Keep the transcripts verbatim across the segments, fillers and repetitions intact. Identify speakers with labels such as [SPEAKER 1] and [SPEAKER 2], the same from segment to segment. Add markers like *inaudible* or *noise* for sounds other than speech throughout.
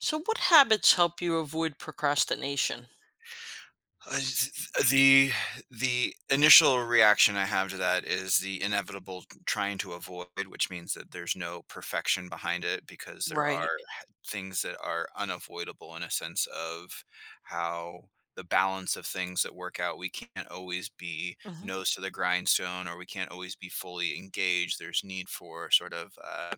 [SPEAKER 1] So, what habits help you avoid procrastination?
[SPEAKER 2] Uh, s- the the initial reaction I have to that is the inevitable trying to avoid, which means that there's no perfection behind it because there
[SPEAKER 1] Right.
[SPEAKER 2] are things that are unavoidable in a sense of how the balance of things that work out. We can't always be
[SPEAKER 1] Mhm.
[SPEAKER 2] nose to the grindstone, or we can't always be fully engaged. There's need for sort of uh,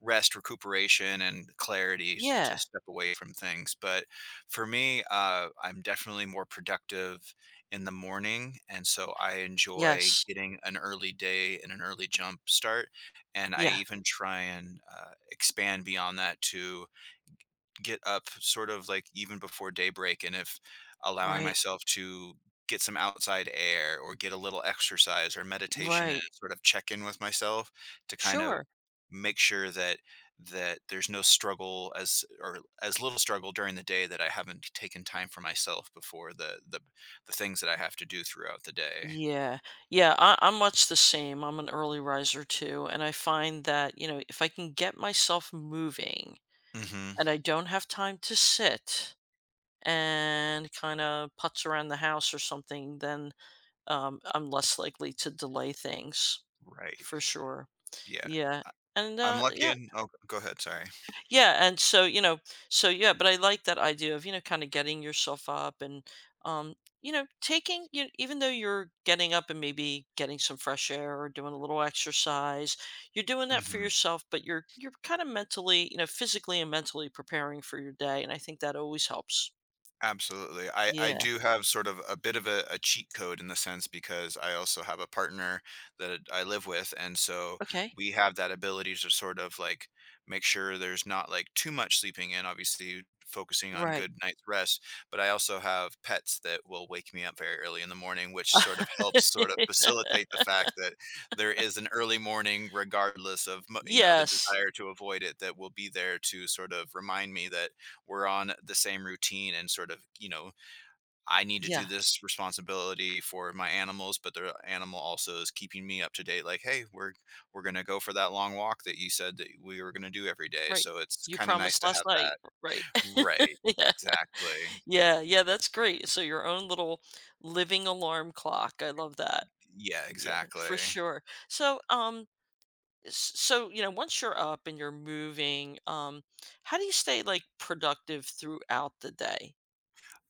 [SPEAKER 2] rest, recuperation, and clarity s- to
[SPEAKER 1] Yeah.
[SPEAKER 2] step away from things. But for me, uh, I'm definitely more productive in the morning, and so I enjoy
[SPEAKER 1] Yes.
[SPEAKER 2] getting an early day and an early jump start. And I
[SPEAKER 1] Yeah.
[SPEAKER 2] even try and uh, expand beyond that to get up sort of like even before daybreak and if allowing
[SPEAKER 1] Right.
[SPEAKER 2] myself to get some outside air or get a little exercise or meditation and
[SPEAKER 1] Right.
[SPEAKER 2] sort of check in with myself to kind of
[SPEAKER 1] Sure.
[SPEAKER 2] make sure that that there's no struggle as or as little struggle during the day that I haven't taken time for myself before the the the things that I have to do throughout the day.
[SPEAKER 1] Yeah. Yeah. I, I'm much the same. I'm an early riser too. And I find that, you know, if I can get myself moving
[SPEAKER 2] Mhm.
[SPEAKER 1] and I don't have time to sit and kind of putz around the house or something, then um, I'm less likely to delay things
[SPEAKER 2] Right.
[SPEAKER 1] for sure.
[SPEAKER 2] Yeah.
[SPEAKER 1] Yeah.
[SPEAKER 2] I,
[SPEAKER 1] And
[SPEAKER 2] I'm
[SPEAKER 1] uh,
[SPEAKER 2] lucky
[SPEAKER 1] yeah,
[SPEAKER 2] in. Oh, go ahead, sorry.
[SPEAKER 1] yeah, and so, you know, so yeah, but I like that idea of, you know, kind of getting yourself up and um, you know, taking you even though you're getting up and maybe getting some fresh air or doing a little exercise, you're doing that for
[SPEAKER 2] Mhm.
[SPEAKER 1] yourself, but you're you're kind of mentally, you know, physically and mentally preparing for your day, and I think that always helps.
[SPEAKER 2] Absolutely. I I
[SPEAKER 1] Yeah.
[SPEAKER 2] do have sort of a bit of a a cheat code in the sense because I also have a partner that I live with, and so
[SPEAKER 1] Okay.
[SPEAKER 2] we have that ability to sort of, like, make sure there's not, like, too much sleeping in, obviously focusing on
[SPEAKER 1] Right.
[SPEAKER 2] good night's rest, but I also have pets that will wake me up very early in the morning, which sort of
[SPEAKER 1] *laughs*
[SPEAKER 2] helps sort of facilitate the fact that there is an early morning regardless of mo you know, the
[SPEAKER 1] Yes.
[SPEAKER 2] desire to avoid it that will be there to sort of remind me that we're on the same routine and sort of, you know, I need to do
[SPEAKER 1] Yeah.
[SPEAKER 2] this responsibility for my animals, but the animal also is keeping me up to date. Like, hey, we're we're gonna go for that long walk that you said that we were gonna do every day.
[SPEAKER 1] Right.
[SPEAKER 2] So it's
[SPEAKER 1] You
[SPEAKER 2] kind of nice
[SPEAKER 1] promised
[SPEAKER 2] to
[SPEAKER 1] last
[SPEAKER 2] have
[SPEAKER 1] night.
[SPEAKER 2] that.
[SPEAKER 1] Right. *laughs*
[SPEAKER 2] Right.
[SPEAKER 1] Yeah.
[SPEAKER 2] Exactly.
[SPEAKER 1] Yeah, yeah, that's great. So your own little living alarm clock. I love that.
[SPEAKER 2] Yeah,
[SPEAKER 1] Yeah, for
[SPEAKER 2] exactly.
[SPEAKER 1] sure. So, um, s so, you know, once you're up and you're moving, um, how do you stay, like, productive throughout the day?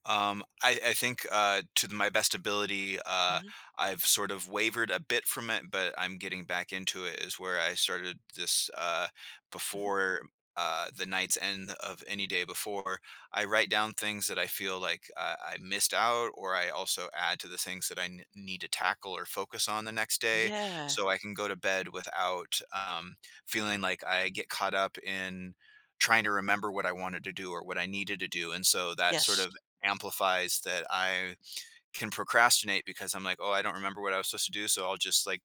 [SPEAKER 2] Um, I, I think uh, to the, my best ability, uh,
[SPEAKER 1] Mhm,
[SPEAKER 2] I've sort of wavered a bit from it, but I'm getting back into it. Is where I started this uh,
[SPEAKER 1] mhm.
[SPEAKER 2] before uh, the night's end of any day before. I write down things that I feel like uh, I missed out, or I also add to the things that I n- need to tackle or focus on the next day,
[SPEAKER 1] Yeah.
[SPEAKER 2] so I can go to bed without um, feeling like I get caught up in trying to remember what I wanted to do or what I needed to do. And so that sort
[SPEAKER 1] Yes.
[SPEAKER 2] of amplifies that I can procrastinate because I'm like, oh, I don't remember what I was supposed to do. So I'll just like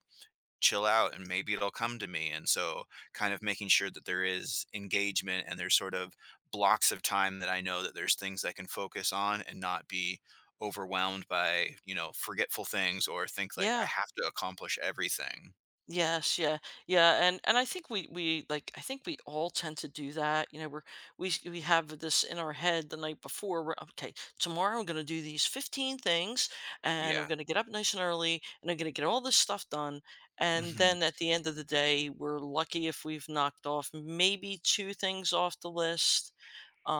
[SPEAKER 2] chill out and maybe it'll come to me. And so, kind of making sure that there is engagement and there's sort of blocks of time that I know that there's things I can focus on and not be overwhelmed by, you know, forgetful things or think like I
[SPEAKER 1] Yeah.
[SPEAKER 2] have to accomplish everything.
[SPEAKER 1] Yes, yeah, yeah, and and I think we we like I think we all tend to do that. You know, we're we s- we have this in our head the night before. We're okay. Tomorrow I'm going to do these fifteen things, and I'm
[SPEAKER 2] Yeah.
[SPEAKER 1] going to get up nice and early, and I'm going to get all this stuff done. And
[SPEAKER 2] Mhm.
[SPEAKER 1] then at the end of the day, we're lucky if we've knocked off maybe two things off the list.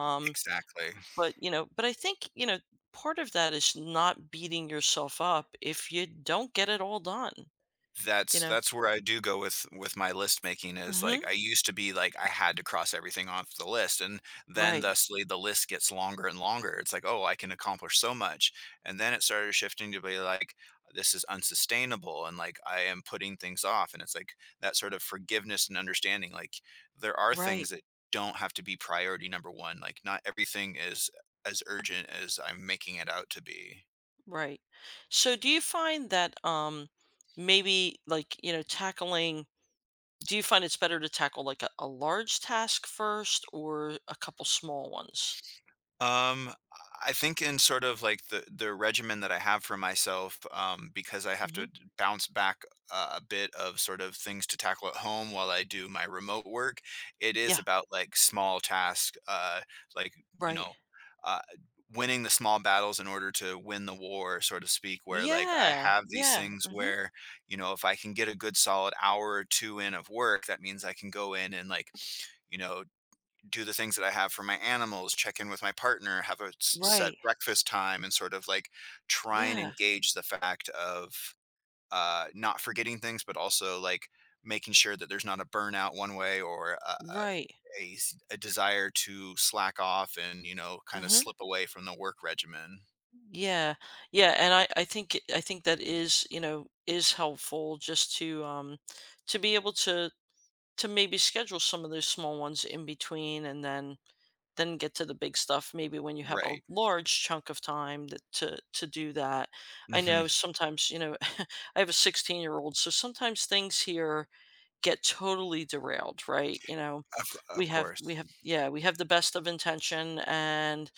[SPEAKER 2] *laughs* Exactly.
[SPEAKER 1] but you know, but I think you know part of that is not beating yourself up if you don't get it all done. You
[SPEAKER 2] That's
[SPEAKER 1] know.
[SPEAKER 2] that's where I do go with with my list making is,
[SPEAKER 1] Hmm.
[SPEAKER 2] like, I used to be like, I had to cross everything off the list, and then
[SPEAKER 1] Right.
[SPEAKER 2] thusly the list gets longer and longer. It's like, "Oh, I can accomplish so much," and then it started shifting to be like, "This is unsustainable," and, like, I am putting things off, and it's like that sort of forgiveness and understanding, like, there are things
[SPEAKER 1] Right,
[SPEAKER 2] that don't have to be priority number one, like, not everything is as urgent as I'm making it out to be.
[SPEAKER 1] right. So do you find that um maybe like, you know, tackling do you find it's better to tackle like a, a large task first or a couple small ones?
[SPEAKER 2] Um, I think in sort of like the the regimen that I have for myself, um, because I have to
[SPEAKER 1] Hmm.
[SPEAKER 2] d- bounce back uh, a bit of sort of things to tackle at home while I do my remote work. It is
[SPEAKER 1] Yeah,
[SPEAKER 2] about like small tasks, uh, like you
[SPEAKER 1] right.
[SPEAKER 2] know, uh, winning the small battles in order to win the war, so to speak. Where like I
[SPEAKER 1] Yeah,
[SPEAKER 2] have these
[SPEAKER 1] yeah.
[SPEAKER 2] things
[SPEAKER 1] Hmm.
[SPEAKER 2] where you know, if I can get a good solid hour or two in of work, that means I can go in and like you know do the things that I have for my animals, check in with my partner, have a s-
[SPEAKER 1] Right.
[SPEAKER 2] set breakfast time, and sort of like try and
[SPEAKER 1] Yeah,
[SPEAKER 2] engage the fact of uh, not forgetting things, but also like making sure that there's not a burnout one way or a, a,
[SPEAKER 1] right.
[SPEAKER 2] a s- a desire to slack off and, you know, kind of
[SPEAKER 1] Hmm.
[SPEAKER 2] slip away from the work regimen.
[SPEAKER 1] Yeah. Yeah, and I I think it- I think that is, you know, is helpful just to um to be able to to maybe schedule some of those small ones in between and then then get to the big stuff maybe when you have a
[SPEAKER 2] Right.
[SPEAKER 1] large chunk of time that, to to do that. I
[SPEAKER 2] Hmm.
[SPEAKER 1] know sometimes, you know, *laughs* I have a sixteen-year-old, so sometimes things here get totally derailed, right? You know,
[SPEAKER 2] Of, of
[SPEAKER 1] we have we
[SPEAKER 2] course.
[SPEAKER 1] have yeah, we have the best of intention and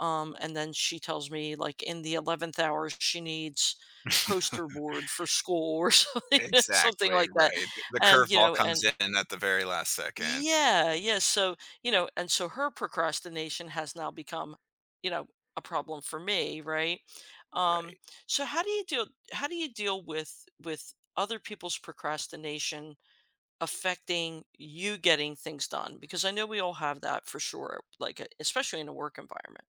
[SPEAKER 1] um and then she tells me like in the eleventh hour she needs
[SPEAKER 2] *laughs*
[SPEAKER 1] poster board for school or *laughs* something something
[SPEAKER 2] Exactly.
[SPEAKER 1] like that.
[SPEAKER 2] Right. The
[SPEAKER 1] And you
[SPEAKER 2] curveball
[SPEAKER 1] know,
[SPEAKER 2] comes
[SPEAKER 1] and
[SPEAKER 2] in at the very last second.
[SPEAKER 1] yeah, yeah. So, you know, and so her procrastination has now become, you know, a problem for me, right? Um,
[SPEAKER 2] Right.
[SPEAKER 1] so how do you deal how do you deal with with other people's procrastination affecting you getting things done? Because I know we all have that for sure, like uh, especially in a work environment.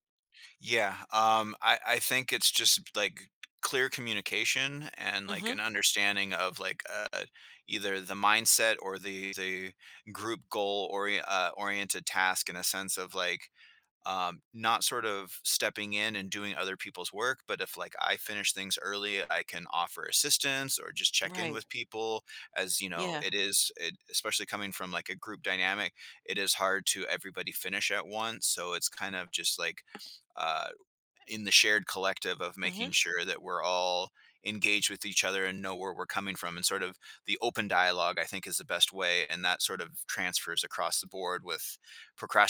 [SPEAKER 2] Yeah, um, I I think it's just, like, clear communication and, like,
[SPEAKER 1] Mhm.
[SPEAKER 2] an understanding of, like, uh, either the mindset or the the group goal ori uh, oriented task in a sense of, like, um, not sort of stepping in and doing other people's work, but if, like, I finish things early, I can offer assistance or just check in
[SPEAKER 1] Right.
[SPEAKER 2] with people as, you know,
[SPEAKER 1] Yeah.
[SPEAKER 2] it is it especially coming from, like, a group dynamic, it is hard to everybody finish at once, so it's kind of just, like, uh in the shared collective of making
[SPEAKER 1] Mhm.
[SPEAKER 2] sure that we're all engaged with each other and know where we're coming from and sort of the open dialogue. I think is the best way and that sort of transfers across the board with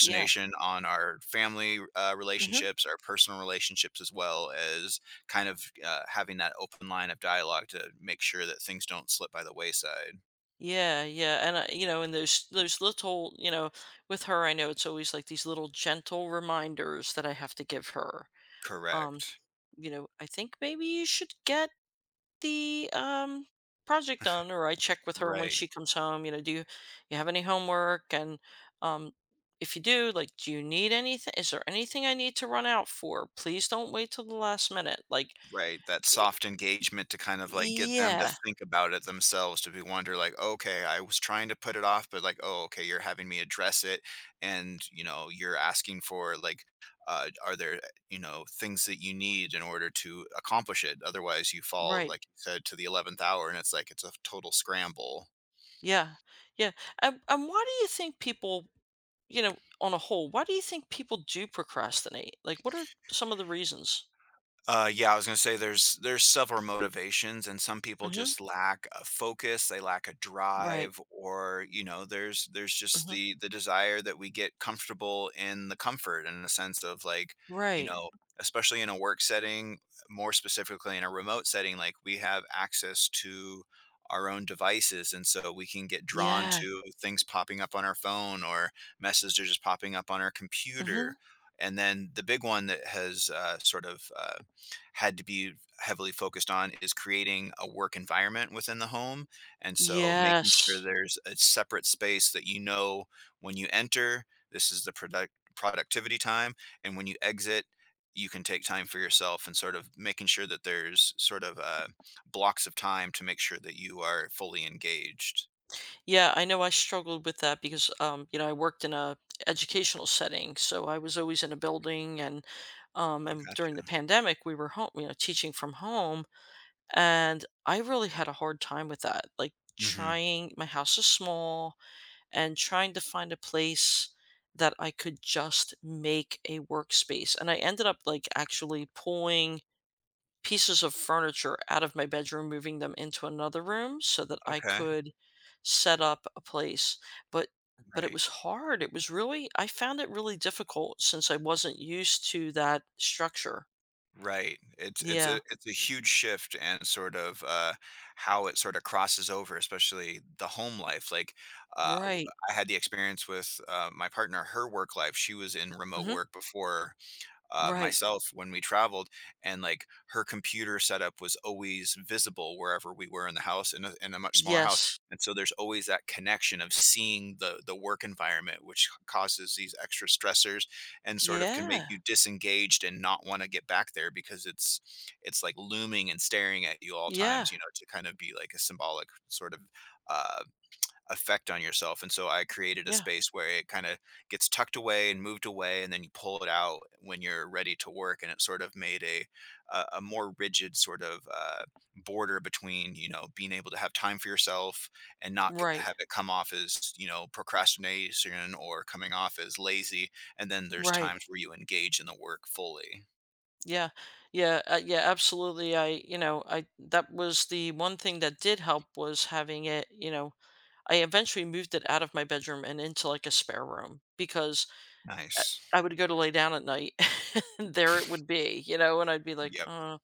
[SPEAKER 1] Yeah.
[SPEAKER 2] on our family uh,
[SPEAKER 1] Mhm.
[SPEAKER 2] relationships, our personal relationships, as well as kind of uh, having that open line of dialogue to make sure that things don't slip by the wayside.
[SPEAKER 1] Yeah, yeah, and I, you know, and there's there's little, you know, with her, I know it's always like these little gentle reminders that I have to give her. Um,
[SPEAKER 2] Correct.
[SPEAKER 1] you know, I think maybe you should get the um project done, or I check with her when she
[SPEAKER 2] Right.
[SPEAKER 1] comes home. You know, do you, you have any homework? And um, if you do, like, do you need anything? Is there anything I need to run out for? Please don't wait till the last minute. Like,
[SPEAKER 2] Right, that soft engagement to kind of, like, get them to
[SPEAKER 1] yeah,
[SPEAKER 2] think about it themselves, to be wonder like, "Okay, I was trying to put it off, but, like, oh, okay, you're having me address it, and, you know, you're asking for, like, uh, are there, you know, things that you need in order to accomplish it? Otherwise, you fall,
[SPEAKER 1] right,
[SPEAKER 2] like you said, to the eleventh hour, and it's like it's a total scramble."
[SPEAKER 1] yeah, yeah. And, and why do you think people you know, on a whole, why do you think people do procrastinate? Like, what are some of the reasons?
[SPEAKER 2] Uh, yeah, I was gonna say there's there's several motivations, and some people
[SPEAKER 1] Hmm.
[SPEAKER 2] just lack a focus, they lack a
[SPEAKER 1] Right.
[SPEAKER 2] drive, or you know, there's there's just
[SPEAKER 1] Hmm.
[SPEAKER 2] the the desire that we get comfortable in the comfort in the sense of like, you
[SPEAKER 1] Right.
[SPEAKER 2] know, especially in a work setting, more specifically in a remote setting, like we have access to our own devices, and so we can get drawn
[SPEAKER 1] Yeah.
[SPEAKER 2] to things popping up on our phone or messages just popping up on our computer.
[SPEAKER 1] Hmm.
[SPEAKER 2] And then the big one that has uh, sort of uh, had to be heavily focused on is creating a work environment within the home. And so making sure
[SPEAKER 1] Yes.
[SPEAKER 2] there's a separate space that you know when you enter, this is the product productivity time, and when you exit, you can take time for yourself and sort of making sure that there's sort of uh, blocks of time to make sure that you are fully engaged.
[SPEAKER 1] Yeah, I know I struggled with that because um, you know, I worked in a educational setting, so I was always in a building and um
[SPEAKER 2] Oh,
[SPEAKER 1] and
[SPEAKER 2] gotcha.
[SPEAKER 1] during the pandemic we were home, you know, teaching from home and I really had a hard time with that. Like
[SPEAKER 2] Hmm.
[SPEAKER 1] trying my house is small and trying to find a place that I could just make a workspace. And I ended up like actually pulling pieces of furniture out of my bedroom, moving them into another room so that I
[SPEAKER 2] Okay.
[SPEAKER 1] could set up a place. But but it
[SPEAKER 2] Right.
[SPEAKER 1] was hard. It was really I found it really difficult since I wasn't used to that structure.
[SPEAKER 2] Right. It's it's a
[SPEAKER 1] Yeah.
[SPEAKER 2] it's a huge shift and sort of uh how it sort of crosses over, especially the home life. Like uh w-
[SPEAKER 1] Right.
[SPEAKER 2] I had the experience with uh my partner, her work life. She was in remote
[SPEAKER 1] Hmm.
[SPEAKER 2] work before uh,
[SPEAKER 1] Right.
[SPEAKER 2] myself when we traveled, and like her computer setup was always visible wherever we were in the house in a, in a much smaller house,
[SPEAKER 1] Yes.
[SPEAKER 2] and so there's always that connection of seeing the the work environment, which causes these extra stressors and sort of can make
[SPEAKER 1] Yeah.
[SPEAKER 2] you disengaged and not want to get back there because it's it's like looming and staring at you all
[SPEAKER 1] Yeah.
[SPEAKER 2] times, you know, to kind of be like a symbolic sort of uh, effect on yourself. And so I created a
[SPEAKER 1] Yeah.
[SPEAKER 2] space where it kind of gets tucked away and moved away, and then you pull it out when you're ready to work. And it sort of made a a, a more rigid sort of uh, border between you know being able to have time for yourself and not c-
[SPEAKER 1] Right.
[SPEAKER 2] have it come off as you know procrastination or coming off as lazy. And then there's
[SPEAKER 1] Right.
[SPEAKER 2] times where you engage in the work fully.
[SPEAKER 1] Yeah, yeah, uh, yeah, absolutely. I, you know, I that was the one thing that did help was having it, you know, I eventually moved it out of my bedroom and into like a spare room because uh,
[SPEAKER 2] Nice.
[SPEAKER 1] I would go to lay down at night *laughs* and there it would be, you know, and I'd be like,
[SPEAKER 2] Yep.
[SPEAKER 1] uh,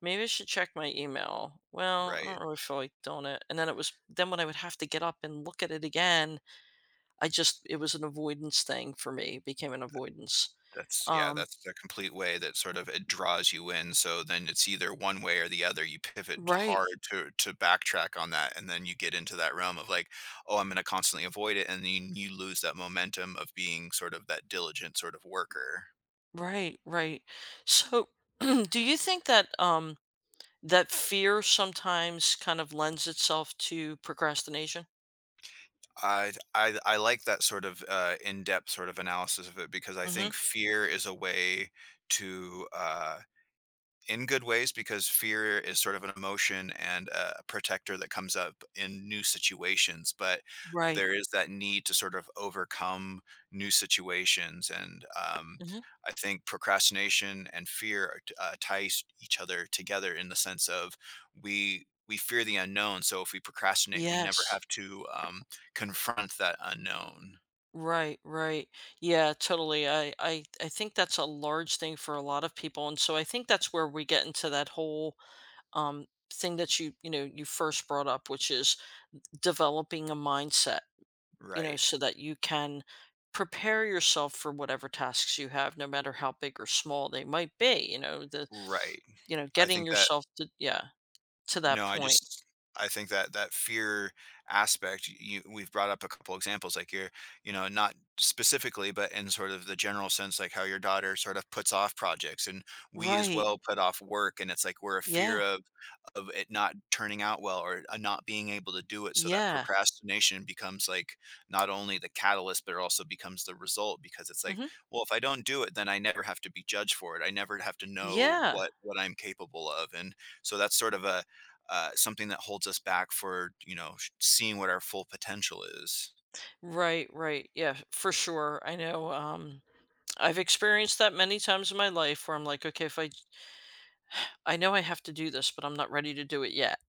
[SPEAKER 1] maybe I should check my email. Well, I
[SPEAKER 2] Right.
[SPEAKER 1] don't really feel like doing it. And then it was then when I would have to get up and look at it again, I just it was an avoidance thing for me, it became an avoidance.
[SPEAKER 2] That's yeah,
[SPEAKER 1] Um,
[SPEAKER 2] that's the complete way that sort of it draws you in, so then it's either one way or the other, you pivot
[SPEAKER 1] right.
[SPEAKER 2] hard to to backtrack on that, and then you get into that realm of like, "Oh, I'm gonna constantly avoid it," and then you lose that momentum of being sort of that diligent sort of worker.
[SPEAKER 1] Right, right. So, *clears throat* do you think that um that fear sometimes kind of lends itself to procrastination?
[SPEAKER 2] I I I like that sort of, uh, in-depth sort of analysis of it because I
[SPEAKER 1] Mhm.
[SPEAKER 2] think fear is a way to, uh in good ways because fear is sort of an emotion and a protector that comes up in new situations, but
[SPEAKER 1] Right.
[SPEAKER 2] there is that need to sort of overcome new situations, and um,
[SPEAKER 1] Mhm.
[SPEAKER 2] I think procrastination and fear are t- uh, ties each other together in the sense of we we fear the unknown, so if we procrastinate we never
[SPEAKER 1] Yes.
[SPEAKER 2] have to um, confront that unknown.
[SPEAKER 1] Right, right. Yeah, totally. I I I think that's a large thing for a lot of people and so I think that's where we get into that whole um thing that you, you know, you first brought up which is developing a mindset you know,
[SPEAKER 2] Right.
[SPEAKER 1] so that you can prepare yourself for whatever tasks you have, no matter how big or small they might be, you know, the,
[SPEAKER 2] Right.
[SPEAKER 1] you know,
[SPEAKER 2] I
[SPEAKER 1] getting
[SPEAKER 2] think that.
[SPEAKER 1] yourself to, yeah, to that
[SPEAKER 2] No, I
[SPEAKER 1] point.
[SPEAKER 2] just I think that that fear aspect. You We've brought up a couple examples like you're you know not specifically but in sort of the general sense like how your daughter sort of puts off projects, and we as
[SPEAKER 1] Right.
[SPEAKER 2] well put off work, and it's like we're a fear
[SPEAKER 1] Yeah.
[SPEAKER 2] of of it not turning out well or uh, not being able to do it, so that
[SPEAKER 1] Yeah.
[SPEAKER 2] procrastination becomes like not only the catalyst but it also becomes the result because it's like
[SPEAKER 1] Hmm.
[SPEAKER 2] well if I don't do it then I never have to be judged for it, I never have to know
[SPEAKER 1] Yeah.
[SPEAKER 2] what what I'm capable of, and so that's sort of a uh, something that holds us back for you know sh- seeing what our full potential is.
[SPEAKER 1] Right. Right. Yeah. For sure. I know. Um, I've experienced that many times in my life where I'm like, okay, if I, I know I have to do this, but I'm not ready to do it yet.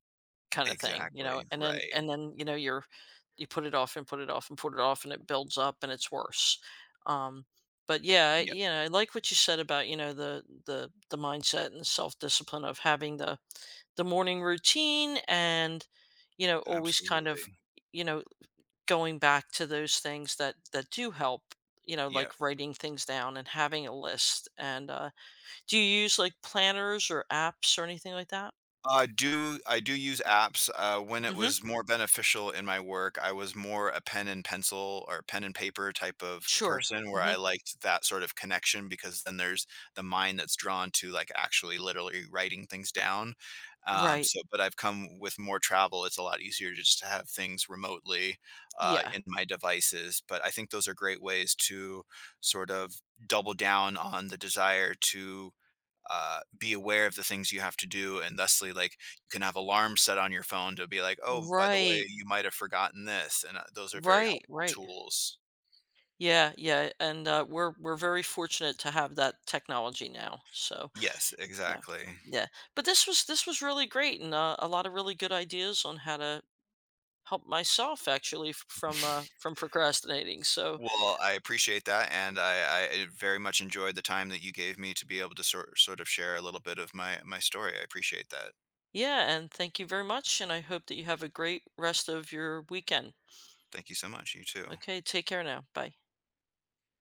[SPEAKER 1] Kind of thing, you know,
[SPEAKER 2] Exactly.
[SPEAKER 1] and then
[SPEAKER 2] Right.
[SPEAKER 1] and then, you know, you're you put it off and put it off and put it off and it builds up and it's worse. Um, but yeah, I-
[SPEAKER 2] Yep.
[SPEAKER 1] you know, I like what you said about, you know, the the the mindset and self-discipline of having the the morning routine and you know, always kind of,
[SPEAKER 2] Absolutely.
[SPEAKER 1] you know, going back to those things that that do help, you know,
[SPEAKER 2] Yeah,
[SPEAKER 1] like writing things down and having a list. And uh do you use like planners or apps or anything like that?
[SPEAKER 2] I do I do use apps, uh, when it
[SPEAKER 1] Mhm.
[SPEAKER 2] was more beneficial in my work, I was more a pen and pencil or pen and paper type of
[SPEAKER 1] Sure.
[SPEAKER 2] person where I
[SPEAKER 1] Mhm.
[SPEAKER 2] liked that sort of connection because then there's the mind that's drawn to, like, actually literally writing things down, um,
[SPEAKER 1] Right.
[SPEAKER 2] so but I've come with more travel, it's a lot easier to just have things remotely, uh,
[SPEAKER 1] Yeah.
[SPEAKER 2] in my devices, but I think those are great ways to sort of double down on the desire to uh, be aware of the things you have to do and thusly like you can have alarms set on your phone to be like oh by the way
[SPEAKER 1] Right.
[SPEAKER 2] you might have forgotten this, and uh, those are very
[SPEAKER 1] Right,
[SPEAKER 2] helpful
[SPEAKER 1] right.
[SPEAKER 2] tools.
[SPEAKER 1] Yeah, yeah, and, uh, we're we're very fortunate to have that technology now, so,
[SPEAKER 2] Yes,
[SPEAKER 1] yeah.
[SPEAKER 2] exactly.
[SPEAKER 1] Yeah. But this was this was really great and, uh, a lot of really good ideas on how to help myself actually f from, uh,
[SPEAKER 2] *laughs*
[SPEAKER 1] from procrastinating, so,
[SPEAKER 2] Well, I appreciate that, and I, I very much enjoyed the time that you gave me to be able to sort, sort of share a little bit of my my story. I appreciate that.
[SPEAKER 1] yeah, and thank you very much, and I hope that you have a great rest of your weekend.
[SPEAKER 2] Thank you so much, you too.
[SPEAKER 1] Okay, take care now. Bye.